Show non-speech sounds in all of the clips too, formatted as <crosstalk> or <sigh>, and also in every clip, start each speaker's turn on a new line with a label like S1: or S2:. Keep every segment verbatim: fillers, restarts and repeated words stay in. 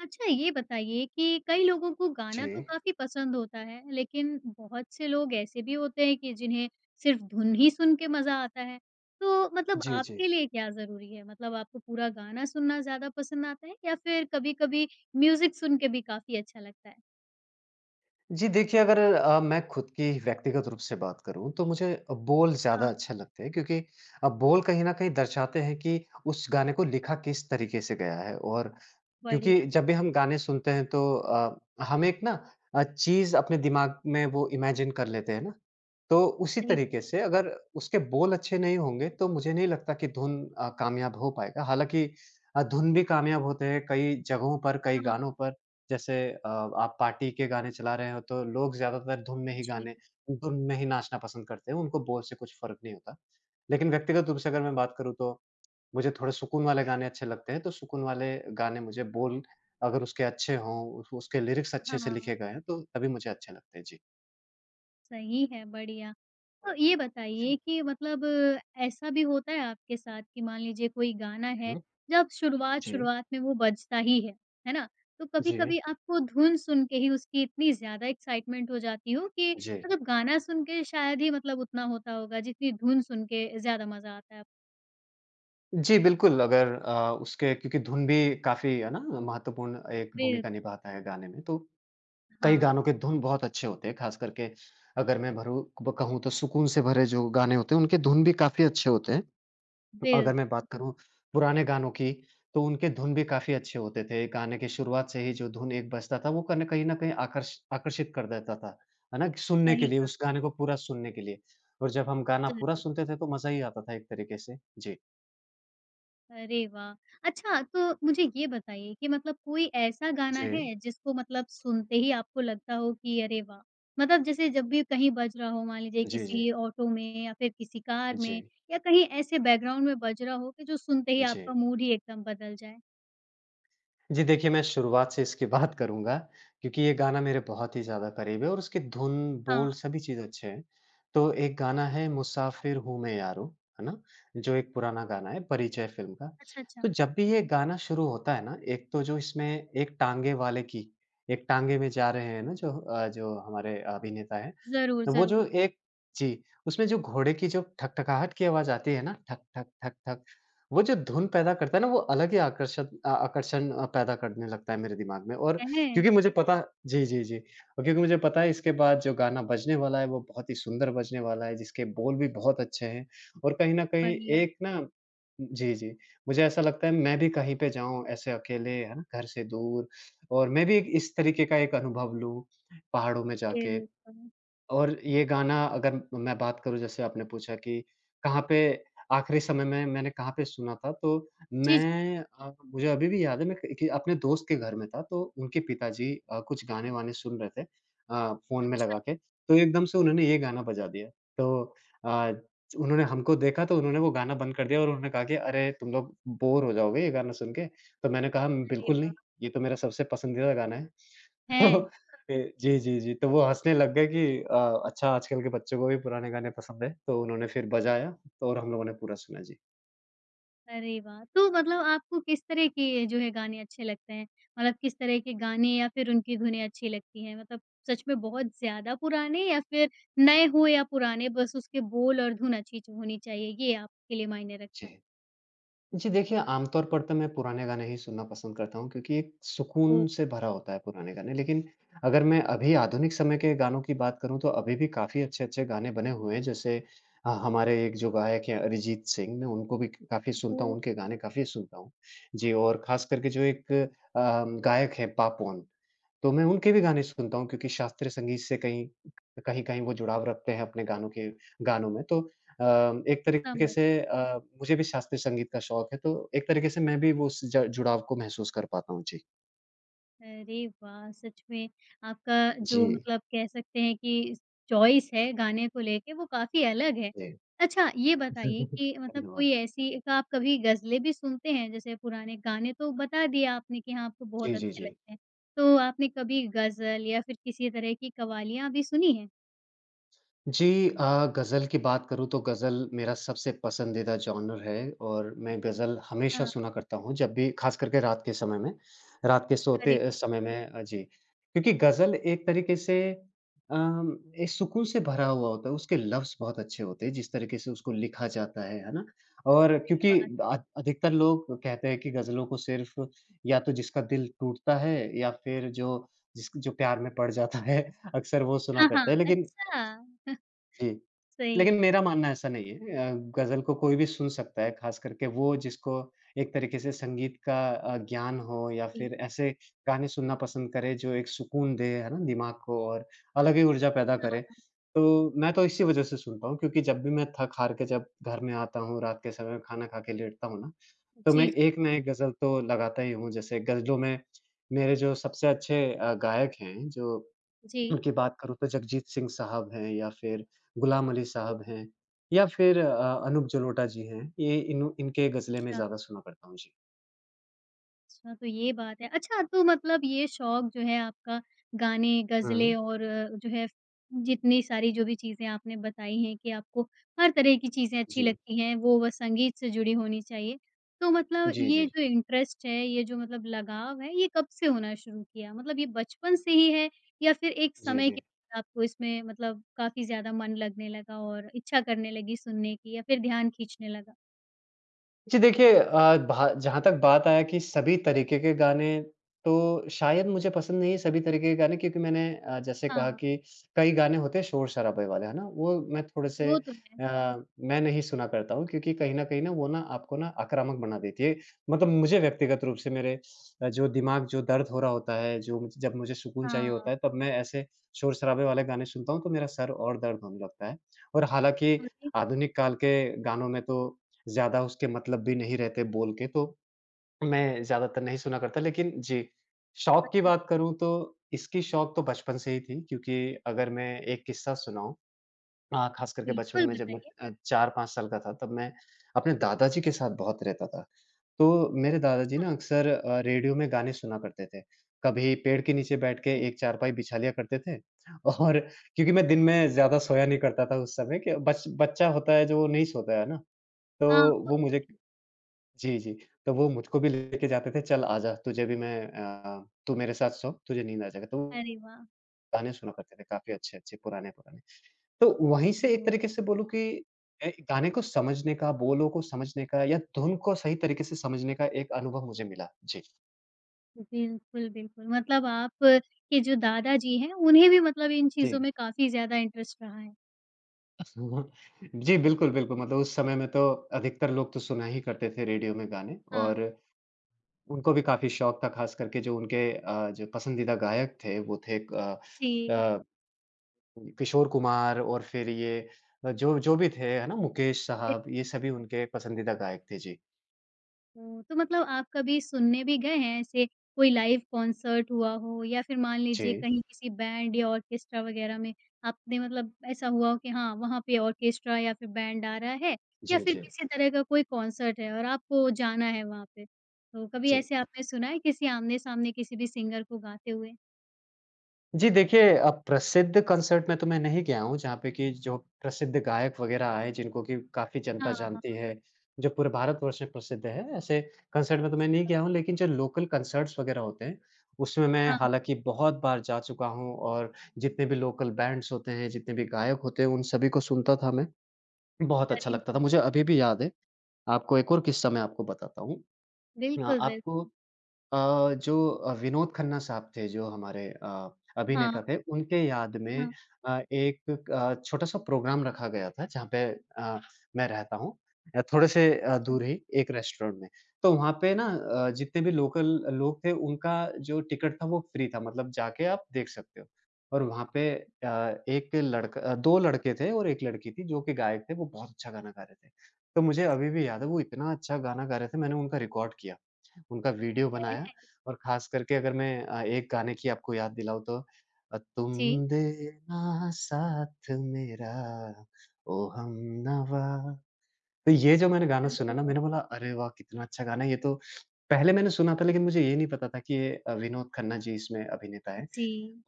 S1: अच्छा ये बताइए कि कई लोगों को
S2: जी,
S1: गाना तो काफ़ी पसंद होता है, लेकिन बहुत से लोग ऐसे भी होते हैं कि जिन्हें सिर्फ़ धुन ही सुन के मज़ा आता है। तो मतलब
S2: जी, जी।
S1: आपके लिए क्या ज़रूरी है? मतलब आपको पूरा गाना सुनना ज़्यादा पसंद आता है या फिर कभी-कभी म्यूज़िक सुन के भी काफ़ी अच्छा लगता है?
S2: जी, देखिए अगर अ, मैं खुद की व्यक्तिगत रूप से बात करूँ तो मुझे बोल ज़्यादा
S1: हाँ,
S2: अच्छे लगते हैं क्योंकि अ, बोल कहीं न कहीं दर्शाते हैं कि उस गाने को लिखा किस तरीके से गया है। और क्योंकि
S1: बढ़िया,
S2: जब भी हम गाने सुनते हैं तो अ, हम एक ना अ, चीज़ अपने दिमाग में वो इमेजिन कर लेते हैं ना। तो उसी
S1: सही
S2: तरीके से अगर उसके बोल अच्छे नहीं होंगे तो मुझे नहीं लगता कि धुन अ, कामयाब हो पाएगा। हालाँकि अ, धुन भी कामयाब होते हैं कई जगहों पर, कई
S1: हाँ,
S2: गानों पर। जैसे अ, आप पार्टी के गाने चला रहे हो तो लोग ज़्यादातर धुन में ही
S1: जी,
S2: गाने धुन में ही नाचना पसंद करते हैं, उनको बोल से कुछ फ़र्क नहीं होता। लेकिन व्यक्तिगत रूप से अगर मैं बात करूँ तो मुझे थोड़े सुकून वाले गाने अच्छे लगते हैं, तो सुकून वाले गाने मुझे बोल अगर उसके अच्छे हों, उस उसके लिरिक्स अच्छे से
S1: हाँ।
S2: लिखे गए हैं, तो तभी मुझे अच्छे लगते हैं। जी।
S1: सही है, बढ़िया। तो ये
S2: जी।
S1: बताइए कि मतलब ऐसा भी होता है आपके साथ कि मान लीजिए कोई गाना है,
S2: हुँ।
S1: जब
S2: जी।
S1: शुरुआत-शुरुआत में वो बजता ही है, है ना? तो
S2: जी,
S1: कभी-कभी आपको धुन सुन के ही उसकी इतनी ज़्यादा एक्साइटमेंट हो जाती हो कि
S2: जी।
S1: मतलब गाना सुन के शायद ही मतलब उतना होता होगा जितनी धुन सुन के ज़्यादा मज़ा आता है।
S2: जी, बिल्कुल अगर अ, उसके क्योंकि धुन भी काफ़ी है ना, महत्वपूर्ण एक
S1: बिल्क
S2: भूमिका निभाता है गाने में, तो कई
S1: हाँ,
S2: गानों के धुन बहुत अच्छे होते हैं, ख़ास करके अगर मैं भरू ब कहूँ तो सुकून से भरे जो गाने होते हैं, उनके धुन भी काफ़ी अच्छे होते हैं। अगर
S1: बिल्क
S2: मैं बात करूँ पुराने गानों की, तो उनके धुन भी काफ़ी अच्छे होते थे। गाने की शुरुआत से ही जो धुन एक बजता था, वो कन कहीं न कहीं आकर्ष आकर्षित कर देता था, है ना? सुनने के
S1: सही
S2: लिए,
S1: कहा,
S2: उस गाने को पूरा सुनने के लिए। और जब हम गाना पूरा
S1: ज़रूर।
S2: सुनते थे, तो मज़ा ही आता था एक तरीके से। जी।
S1: अरे वाह! अच्छा तो मुझे ये बताइए कि मतलब कोई ऐसा गाना
S2: जी।
S1: है जिसको मतलब सुनते ही आपको लगता हो कि अरे वाह! मतलब जैसे जब भी कहीं बज रहा हो मान लीजिए
S2: जी, जी।
S1: किसी ऑटो में या फिर किसी कार
S2: जी।
S1: में या कहीं ऐसे बैकग्राउंड में बज रहा हो कि जो सुनते ही
S2: जी।
S1: आपका मूड ही एकदम बदल जाए?
S2: जी, देखिए मैं शुरुआत से इसकी बात करूँगा क्योंकि ये गाना मेरे बहुत ही ज़्यादा करीब है और उसकी धुन,
S1: हाँ,
S2: बोल सभी चीज़ अच्छे हैं। तो एक गाना है मुसाफिर हूँ मैं यारो, है ना? जो एक पुराना गाना है परिचय फ़िल्म का।
S1: अच्छा, अच्छा।
S2: तो जब भी ये गाना शुरू होता है ना, एक तो जो इसमें एक टाँगे वाले की एक टाँगे में जा रहे हैं ना, जो अ, जो हमारे अभिनेता हैं,
S1: ज़रूर,
S2: तो वो
S1: ज़रूर।
S2: जो एक जी, उसमें जो घोड़े की जो ठकठकाहट की आवाज़ आती है ना, ठक, ठक, ठक, ठक, वो जो धुन पैदा करता है ना, वो अलग ही आकर्षक अ, आकर्षण अ, पैदा करने लगता है मेरे दिमाग में। और
S1: है?
S2: क्योंकि मुझे पता जी, जी, जी। और क्योंकि मुझे पता है इसके बाद जो गाना बजने वाला है, वो बहुत ही सुंदर बजने वाला है, जिसके बोल भी बहुत अच्छे हैं। और कहीं न कहीं
S1: बढ़िया,
S2: एक ना जी, जी, मुझे ऐसा लगता है मैं भी कहीं पे जाऊँ ऐसे अकेले, है ना, घर से दूर, और मैं भी एक इस तरीके का एक अनुभव लूँ, पहाड़ों में जाके।
S1: बिल्कुल।
S2: और ये गाना अगर मैं बात करूँ, जैसे आपने पूछा कि कहाँ पे आखिरी समय में मैंने कहाँ पे सुना था, तो
S1: जी, जी।
S2: मैं अ, मुझे अभी भी याद है मैं कि अपने दोस्त के घर में था, तो उनके पिताजी अ, कुछ गाने-वाने सुन रहे थे अ, फ़ोन में लगा
S1: अच्छा,
S2: के, तो एकदम से उन्होंने ये गाना बजा दिया। तो अ, उन्होंने हमको देखा तो उन्होंने वो गाना बंद कर दिया और उन्होंने कहा कि "अरे! तुम लोग बोर हो जाओगे ये गाना सुन के।" तो मैंने कहा,
S1: अरे
S2: "बिल्कुल नहीं,
S1: वाह!
S2: ये तो मेरा सबसे पसंदीदा गाना है।" तो
S1: हैं?
S2: ए, जी, जी, जी, तो वो हँसने लग गए कि अ, अच्छा आजकल के बच्चों को भी पुराने गाने पसंद है, तो उन्होंने फिर बजाया तो, और हम लोगों ने पूरा सुना, जी।
S1: अरे वाह! तो मतलब आपको किस तरह के जो है गाने अच्छे लगते हैं? मतलब किस तरह के गाने या फिर उनकी धुनें अच्छी लगती हैं? मतलब सच में बहुत ज़्यादा पुराने या फिर नए हो या पुराने बस उसके बोल और धुन अच्छी च होनी चाहिए, ये आपके लिए मायने रखता है?
S2: जी। जी, देखिए आमतौर पर तो मैं पुराने गाने ही सुनना पसंद करता हूँ क्योंकि एक
S1: तो
S2: सुकून से भरा होता है पुराने गाने, लेकिन अगर मैं अभी आधुनिक समय के गानों की बात करूँ, तो अभी भी काफ़ी अच्छे-अच्छे गाने बने हुए हैं, जैसे अ, हमारे एक जो गायक हैं अरिजीत सिंह, मैं उनको भी काफ़ी सुनता हूँ,
S1: वो
S2: उनके गाने काफ़ी सुनता हूँ। जी, और ख़ास करके जो एक अ, गायक हैं पापवन, तो मैं उनके भी गाने सुनता हूँ क्योंकि शास्त्रीय संगीत से कहीं कहीं-कहीं वो जुड़ाव रखते हैं अपने गानों के गानों में। तो अ, एक तरीके
S1: समझ
S2: से अ, मुझे भी शास्त्रीय संगीत का शौक है, तो एक तरीके से मैं भी वो उस ज जुड़ाव को महसूस कर पाता हूँ। जी।
S1: अरे वाह! सच में आपका जो
S2: जी,
S1: मतलब कह सकते हैं कि चॉइस है गाने को लेके वो काफ़ी अलग है।
S2: जी।
S1: अच्छा ये बताइए
S2: <laughs>
S1: कि मतलब
S2: धन्यवाद।
S1: कोई ऐसी का आप कभी गज़लें भी सुनते हैं? जैसे पुराने गाने तो बता दिए आपने कि हाँ, आपको बहुत
S2: जी, जी,
S1: अच्छे
S2: जी।
S1: लगते हैं। तो आपने कभी गज़ल या फिर किसी तरह की कव्वालियाँ भी सुनी हैं?
S2: जी अ, गज़ल की बात करूँ तो गज़ल मेरा सबसे पसंदीदा जॉनर है और मैं गज़ल हमेशा
S1: हाँ,
S2: सुना करता हूँ, जब भी ख़ास करके रात के समय में, रात के
S1: अरे
S2: सोते अ,
S1: वाह!
S2: समय में अ, जी। क्योंकि गज़ल एक तरीके से अम, एक सुकून से भरा हुआ होता है, उसके लफ्ज़ बहुत अच्छे होते हैं जिस तरीके से उसको लिखा जाता है, है ना? और
S1: सही
S2: क्योंकि
S1: बात।
S2: अ, अधिकतर लोग कहते हैं कि गज़लों को सिर्फ़ या तो जिसका दिल टूटता है या फिर जो जिस जो प्यार में पड़ जाता है, <laughs> अक्सर वो सुना
S1: हाँ, हाँ।
S2: करते हैं। लेकिन
S1: अच्छा,
S2: जी,
S1: सही
S2: लेकिन
S1: है।
S2: मेरा मानना ऐसा नहीं है। अ, गज़ल को कोई भी सुन सकता है, ख़ास करके वो जिसको एक तरीके से संगीत का अ, ज्ञान हो, या
S1: जी,
S2: फिर ऐसे गाने सुनना पसंद करे जो एक सुकून दे, है ना? दिमाग को, और अलग ही ऊर्जा पैदा करे।
S1: हाँ।
S2: तो मैं तो इसी वज़ह से सुनता हूँ क्योंकि जब भी मैं थक-हार के जब घर में आता हूँ, रात के समय खाना खा के लेटता हूँ ना, तो मैं
S1: जी,
S2: एक
S1: जी,
S2: ना एक गज़ल तो लगाता ही हूँ। जैसे गज़लों में मेरे जो सबसे अच्छे अ, गायक हैं, जो
S1: जी।
S2: उनकी बात करूँ तो जगजीत सिंह साहब हैं या फिर गुलाम अली
S1: तो
S2: साहब हैं या फिर अ, अनूप जलोटा जी हैं। ये इन इनके गज़लें मैं
S1: अच्छा।
S2: ज़्यादा सुना करता हूँ। जी।
S1: अच्छा, तो ये बात है। अच्छा तो मतलब ये शौक जो है आपका गाने,
S2: हुँ।
S1: ग़ज़लें और अ, जो है जितनी सारी जो भी चीज़ें आपने बताई हैं कि आपको हर तरह की चीज़ें अच्छी
S2: जी।
S1: लगती हैं, वो बस संगीत से जुड़ी होनी चाहिए। तो मतलब
S2: जी,
S1: ये
S2: जी।
S1: जो इंटरेस्ट है, ये जो मतलब लगाव है, ये कब से होना शुरू किया? मतलब ये बचपन से ही है या फिर एक
S2: जी, जी।
S1: समय के
S2: जी,
S1: बाद आपको इसमें मतलब काफ़ी ज़्यादा मन लगने लगा और इच्छा करने लगी सुनने की या फिर ध्यान खींचने लगा?
S2: जी, देखिए अ, भा जहाँ तक बात आया कि सभी तरीके के गाने, तो शायद मुझे पसंद नहीं है सभी तरीके के गाने क्योंकि मैंने अ, जैसे कहा
S1: हाँ,
S2: कि कई गाने होते हैं शोर-शराबे वाले, है ना? वो मैं थोड़े से
S1: वो तो है।
S2: अ, मैं नहीं सुना करता हूँ क्योंकि कहीं न कहीं ना, वो ना आपको ना आक्रामक बना देती है। मतलब मुझे व्यक्तिगत रूप से मेरे अ, जो दिमाग जो दर्द हो रहा होता है, जो मुझ जब मुझे सुकून चाहिए
S1: हाँ,
S2: होता है, तब मैं ऐसे शोर-शराबे वाले गाने सुनता हूँ तो मेरा सर और दर्द होने लगता है। और हालाँकि
S1: और
S2: आधुनिक काल के गानों में तो ज़्यादा उसके मतलब भी नहीं रहते बोल के, तो मैं ज़्यादातर नहीं सुना करता। लेकिन जी, शौक की
S1: एक
S2: बात करूँ तो इसकी शौक तो बचपन से ही थी क्योंकि अगर मैं एक किस्सा सुनाऊँ, अ, ख़ास करके बचपन
S1: बिल्कुल,
S2: में जब मैं
S1: बताइए।
S2: अ, चार-पाँच साल का था, तब मैं अपने दादाजी के साथ बहुत रहता था। तो मेरे दादाजी ना
S1: अच्छा,
S2: अक्सर अ, रेडियो में गाने सुना करते थे। कभी पेड़ के नीचे बैठ के
S1: वो-
S2: एक चारपाई बिछा लिया करते थे <laughs> और क्योंकि मैं दिन में ज़्यादा सोया नहीं करता था उस समय कि बच बच्चा होता है जो नहीं सोता है ना, तो
S1: हाँ,
S2: वो
S1: होता
S2: मुझे
S1: है।
S2: जी, जी। तो वो मुझको भी लेके जाते थे, "चल आजा, तुझे भी मैं अ, तू मेरे साथ सो, तुझे नींद आ जाएगा।" तो
S1: अरे वाह!
S2: गाने सुना करते थे काफ़ी अच्छे-अच्छे, पुराने-पुराने। तो वहीं से एक
S1: हुँ,
S2: तरीके से बोलूँ कि ए, गाने को समझने का, बोलों को समझने का, या धुन को सही तरीके से समझने का एक अनुभव मुझे मिला। जी।
S1: बिल्कुल, बिल्कुल। मतलब आप के जो दादाजी हैं, उन्हें भी मतलब इन
S2: जी।
S1: चीज़ों में काफ़ी ज़्यादा इंटरेस्ट रहा है।
S2: <laughs> जी, बिल्कुल, बिल्कुल। मतलब उस समय में तो अधिकतर लोग तो सुना ही करते थे रेडियो में गाने,
S1: हाँ,
S2: और उनको भी काफ़ी शौक था, ख़ास करके जो उनके अ, जो पसंदीदा गायक थे, वो थे क अ
S1: जी।
S2: अ किशोर कुमार, और फिर ये अ, जो जो भी थे, है ना? मुकेश साहब, ये सभी उनके पसंदीदा गायक थे। जी।
S1: ओह! तो मतलब आप कभी सुनने भी गए हैं ऐसे कोई लाइव कॉन्सर्ट हुआ हो या फिर मान लीजिए
S2: जी।
S1: कहीं किसी बैंड या ऑर्केस्ट्रा वगैरह में आपने मतलब ऐसा हुआ हो कि हाँ, वहाँ पे ऑर्केस्ट्रा या फिर बैंड आ रहा है या
S2: जी,
S1: फिर
S2: जी।
S1: किसी तरह का कोई कॉन्सर्ट है और आपको जाना है वहाँ पे। तो कभी
S2: जी।
S1: ऐसे आपने सुना है किसी आमने-सामने किसी भी सिंगर को गाते हुए?
S2: जी, देखिए अ, प्रसिद्ध कंसर्ट में तो मैं नहीं गया हूँ, जहाँ पे कि जो प्रसिद्ध गायक वगैरह आए, जिनको कि काफ़ी जनता
S1: हाँ,
S2: जानती
S1: हाँ।
S2: है, जो पूरे भारतवर्ष में प्रसिद्ध है, ऐसे कंसर्ट में तो मैं नहीं
S1: अच्छा।
S2: गया हूँ। लेकिन जो लोकल कंसर्ट्स वगैरह होते हैं, उसमें मैं
S1: हाँ,
S2: हालाँकि बहुत बार जा चुका हूँ और जितने भी लोकल बैंड्स होते हैं, जितने भी गायक होते हैं, उन सभी को सुनता था मैं। बहुत अच्छा
S1: अरे
S2: लगता था,
S1: वाह!
S2: मुझे अभी भी याद है। आपको एक और किस्सा मैं आपको बताता हूँ। अ,
S1: बिल्कुल, बिल
S2: आपको अ, जो अ, विनोद खन्ना साहब थे, जो हमारे अ,
S1: हाँ,
S2: अभिनेता थे, उनके याद में
S1: हाँ।
S2: अ, एक अ, छोटा-सा प्रोग्राम रखा गया था, जहाँ पे अ, मैं रहता हूँ अ, थोड़े से अ,
S1: अच्छा
S2: दूर ही एक रेस्टोरेंट में। तो वहाँ पे ना अ, जितने भी लोकल लोग थे, उनका जो टिकट था, वो फ्री था, मतलब जाके आप देख सकते हो। और वहाँ पे अ, एक लड़का अ, दो लड़के थे और एक लड़की थी, जो कि गायक थे, वो बहुत अच्छा गाना गा रहे थे। तो मुझे अभी भी याद है, वो इतना अच्छा गाना गा रहे थे, मैंने उनका रिकॉर्ड किया। उनका वीडियो बनाया
S1: है,
S2: और ख़ास करके अगर मैं अ, एक गाने की आपको याद दिलाऊँ तो अ, तुम
S1: जी।
S2: देना साथ मेरा, ओ हमनवा। तो ये जो मैंने गाना सुना
S1: अरे
S2: ना
S1: वाह!
S2: मैंने बोला, अरे वाह! कितना अच्छा गाना है ये तो। पहले मैंने सुना था लेकिन मुझे ये नहीं पता था कि ये अ, विनोद खन्ना जी इसमें अभिनेता हैं
S1: जी,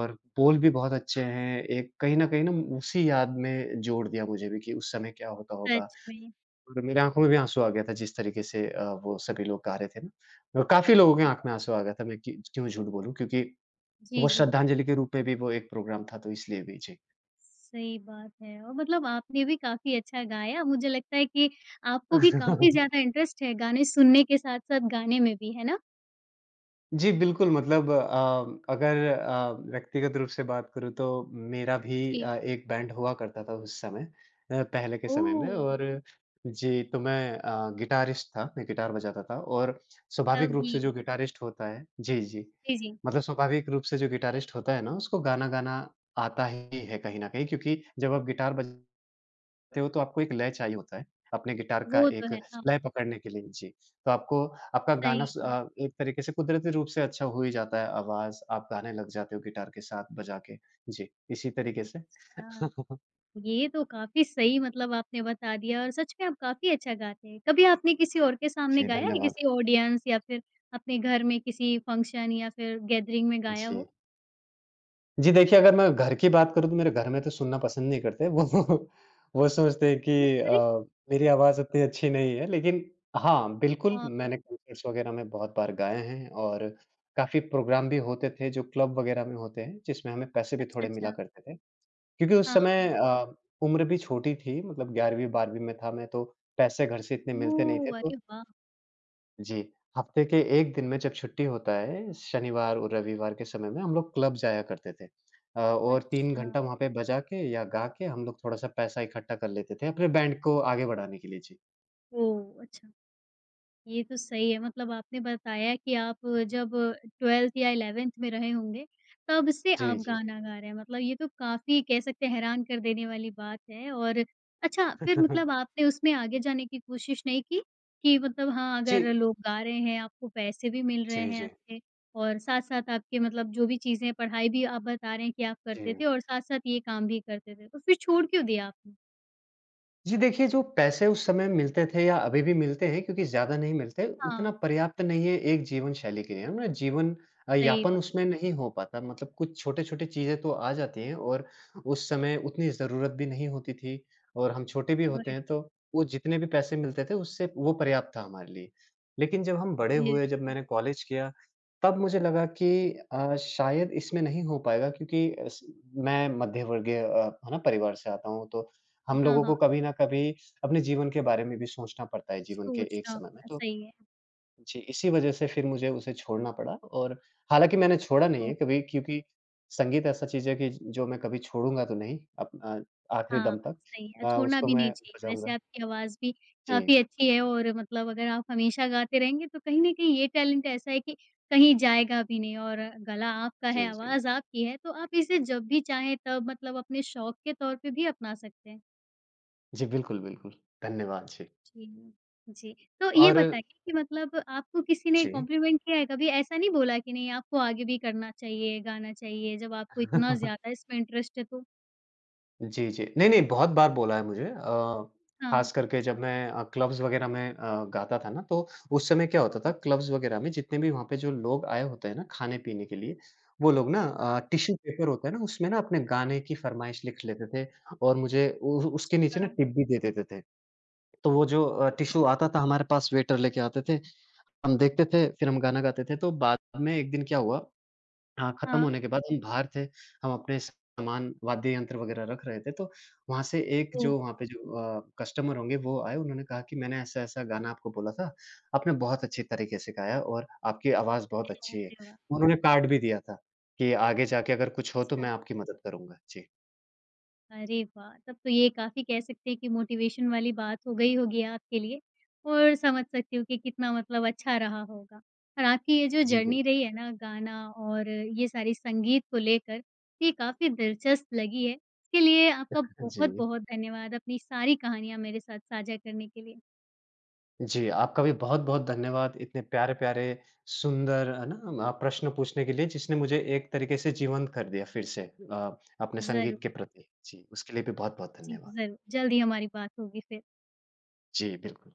S2: और बोल भी बहुत अच्छे हैं। एक कहीं न कहीं ना उसी याद में जोड़ दिया मुझे भी कि उस समय क्या होता होगा।
S1: सच में।
S2: और मेरी आँखों में भी आँसू आ गया था जिस तरीके से अ, वो सभी लोग गा रहे थे ना। और काफ़ी लोगों की आँख में आँसू आ गया था, मैं कि क्यों झूठ बोलूँ क्योंकि
S1: जी,
S2: वो
S1: जी।
S2: श्रद्धांजलि के रूप में भी वो एक प्रोग्राम था तो इसलिए भी। जी।
S1: सही बात है और मतलब आपने भी काफ़ी अच्छा गाया। मुझे लगता है कि आपको भी काफ़ी
S2: <laughs>
S1: ज़्यादा इंटरेस्ट है गाने सुनने के साथ-साथ गाने में भी, है ना?
S2: जी, बिल्कुल मतलब अ, अगर अ, व्यक्तिगत रूप से बात करूँ तो मेरा भी
S1: जी।
S2: अ, एक बैंड हुआ करता था उस समय अ, पहले के समय में
S1: ओह!
S2: और जी, तो मैं अ, गिटारिस्ट था, मैं गिटार बजाता था और स्वाभाविक रूप से
S1: तभी।
S2: जो गिटारिस्ट होता है। जी, जी।
S1: जी, जी।
S2: मतलब स्वाभाविक रूप से जो गिटारिस्ट होता है ना, उसको गाना गाना आता ही है कहीं न कहीं क्योंकि जब आप गिटार बज हो तो आपको एक लय चाहिए होता है, अपने गिटार का
S1: वो
S2: एक
S1: तो है। हाँ,
S2: लय पकड़ने के लिए। जी, तो आपको आपका गाना
S1: सही
S2: स
S1: कहा।
S2: अ, एक तरीके से कुदरती रूप से अच्छा हो ही जाता है आवाज़, आप गाने लग जाते हो गिटार के साथ बजा के। जी, इसी तरीके से।
S1: अच्छा,
S2: <laughs>
S1: ये तो काफ़ी सही मतलब आपने बता दिया और सच में आप काफ़ी अच्छा गाते हैं। कभी आपने किसी और के सामने
S2: जी,
S1: गाया है?
S2: धन्यवाद।
S1: किसी ऑडियंस या फिर अपने घर में किसी फ़ंक्शन या फिर गैदरिंग में गाया
S2: जी।
S1: हो?
S2: जी, देखिए अगर मैं घर की बात करूँ तो मेरे घर में तो सुनना पसंद नहीं करते। वो <laughs> वो सोचते हैं
S1: अरे!
S2: कि
S1: अरे!
S2: अ, मेरी आवाज़ उतनी अच्छी नहीं है। लेकिन हाँ, बिल्कुल
S1: हाँ।
S2: मैंने कॉन्सर्ट्स वग़ैरह में बहुत बार गाए हैं और काफ़ी प्रोग्राम भी होते थे जो क्लब वग़ैरह में होते हैं, जिसमें हमें पैसे भी
S1: अच्छा,
S2: थोड़े मिला
S1: अच्छा।
S2: करते थे। क्योंकि उस
S1: हाँ।
S2: समय अ, उम्र भी छोटी थी मतलब ग्यारहवीं बारहवीं में था मैं तो पैसे घर से इतने मिलते नहीं थे।
S1: ओह!
S2: तो
S1: अरे वाह!
S2: जी, हफ्ते के एक दिन में जब छुट्टी होता है, शनिवार और रविवार के समय में हम लोग क्लब जाया करते थे। अ, और तीन
S1: अच्छा,
S2: घंटा वहाँ पे बजा के या गा के हम लोग थोड़ा-सा पैसा इकट्ठा कर लेते थे अपने बैंड को आगे बढ़ाने के लिए। जी।
S1: ओह! अच्छा, ये तो सही है मतलब आपने बताया कि आप जब ट्वेल्थ या इलेवन्थ में रहे होंगे, तब से
S2: जी,
S1: आप
S2: जी।
S1: गाना गा रहे हैं। मतलब ये तो काफ़ी कह सकते हैं हैरान कर देने वाली बात है और अच्छा फिर मतलब
S2: <laughs>
S1: आपने उसमें आगे जाने की कोशिश नहीं की? कि मतलब हाँ,
S2: जी,
S1: अगर लोग गा रहे हैं, आपको पैसे भी मिल रहे
S2: जी,
S1: हैं
S2: जी।
S1: अच्छे और साथ-साथ आपके मतलब जो भी चीज़ें पढ़ाई भी आप बता रहे हैं कि आप
S2: जी।
S1: करते थे और साथ-साथ ये काम भी करते थे, तो फिर छोड़ क्यों दिया आपने?
S2: जी देखिए, जो पैसे उस समय मिलते थे या अभी भी मिलते हैं क्योंकि ज़्यादा नहीं मिलते,
S1: हाँ,
S2: उतना पर्याप्त नहीं है एक जीवन शैली के लिए, है ना? जीवन अ,
S1: सही
S2: यापन
S1: बात,
S2: उसमें नहीं हो पाता मतलब कुछ छोटे-छोटे चीज़ें तो आ जाती हैं और उस समय उतनी ज़रूरत भी नहीं होती थी और हम छोटे भी
S1: है,
S2: होते हैं
S1: बढ़िया।
S2: तो वो जितने भी पैसे मिलते थे उससे वो पर्याप्त था हमारे लिए। लेकिन जब हम बड़े
S1: ये
S2: हुए, जब मैंने कॉलेज किया, तब मुझे लगा कि अ, शायद इसमें नहीं हो पाएगा क्योंकि अस मैं मध्यवर्गीय अ, है ना परिवार से आता हूँ तो हम
S1: हाँ,
S2: लोगों
S1: हाँ,
S2: को कभी न कभी अपने जीवन के बारे में भी सोचना पड़ता है, जीवन के एक
S1: सोचना
S2: समय में। तो
S1: सही है।
S2: जी, इसी वजह से फिर मुझे उसे छोड़ना पड़ा और हालाँकि मैंने छोड़ा नहीं
S1: तो
S2: है कभी क्योंकि संगीत ऐसा चीज़ है कि जो मैं कभी छोड़ूँगा तो नहीं अप अ, आखिरी
S1: हाँ,
S2: दम तक।
S1: सही है,
S2: अ,
S1: छोड़ना
S2: उसको
S1: भी
S2: मैं
S1: नहीं चाहिए। वैसे
S2: बजाऊँगा।
S1: आपकी आवाज़ भी
S2: जी,
S1: काफ़ी अच्छी है और मतलब अगर आप हमेशा गाते रहेंगे तो कहीं न कहीं ये टैलेंट ऐसा है कि कहीं जाएगा भी नहीं और गला आपका है,
S2: जी, जी।
S1: आवाज़ आपकी है, तो आप इसे जब भी चाहें तब मतलब अपने शौक के तौर पे भी अपना सकते हैं।
S2: जी, बिल्कुल, बिल्कुल। धन्यवाद, जी।
S1: जी, जी। तो ये
S2: और
S1: बताइए कि मतलब आपको किसी ने
S2: जी।
S1: कॉम्प्लीमेंट किया है कभी? ऐसा नहीं बोला कि नहीं आपको आगे भी करना चाहिए, गाना चाहिए, जब आपको इतना
S2: <laughs>
S1: ज़्यादा इसमें इंटरेस्ट है तो?
S2: जी, जी। नहीं, नहीं, बहुत बार बोला है मुझे अ,
S1: हाँ,
S2: ख़ास करके जब मैं अ, क्लब्स वग़ैरह में अ, गाता था ना, तो उस समय क्या
S1: तो
S2: होता था, क्लब्स वग़ैरह में जितने भी वहाँ पे जो लोग आए होते हैं ना खाने-पीने के लिए, वो लोग ना
S1: हाँ,
S2: अ, टिश्यू पेपर होता है ना, उसमें ना अपने गाने की फ़रमाइश लिख लेते थे और मुझे उ उसके नीचे ना
S1: हाँ।
S2: टिप भी दे देते थे। तो वो जो अ, टिश्यू आता था हमारे पास वेटर लेके आते थे, हम देखते थे, फिर हम गाना गाते थे। तो बाद में एक दिन क्या हुआ, हाँ, खत्म
S1: हाँ।
S2: होने के बाद हम बाहर थे, हम अपने सामान वाद्य यंत्र वगैरह रख रहे थे, तो वहाँ से एक
S1: तो
S2: जो वहाँ पे जो अ, कस्टमर होंगे वो आए, उन्होंने कहा कि मैंने ऐसा-ऐसा गाना आपको बोला था, आपने बहुत अच्छी तरीके से गाया और आपकी आवाज़ बहुत अच्छी है।
S1: अरे वाह!
S2: उन्होंने कार्ड भी दिया था, कि आगे जाके अगर कुछ हो तो
S1: अच्छा,
S2: मैं आपकी मदद करूँगा। जी।
S1: अरे वाह! तब तो ये काफ़ी कह सकते हैं कि मोटिवेशन वाली बात हो गई होगी आपके लिए और समझ सकती हूँ कि कितना मतलब अच्छा रहा होगा। और आपकी ये जो
S2: जी, बिल्क
S1: जर्नी रही है ना गाना और ये सारी संगीत को लेकर, ये काफ़ी दिलचस्प लगी है। इसके लिए आपका
S2: जी।
S1: बहुत-बहुत धन्यवाद अपनी सारी कहानियाँ मेरे साथ साझा करने के लिए।
S2: जी, आपका भी बहुत-बहुत धन्यवाद इतने प्यारे-प्यारे सुंदर, है ना? अ, प्रश्न पूछने के लिए जिसने मुझे एक तरीके से जीवंत कर दिया फिर से अ, अपने
S1: ज़रूर,
S2: संगीत के
S1: ज़रूर।
S2: प्रति। जी, उसके लिए भी बहुत-बहुत
S1: जी,
S2: धन्यवाद।
S1: ज़रूर। जल्द ही हमारी बात होगी फिर।
S2: जी, बिल्कुल।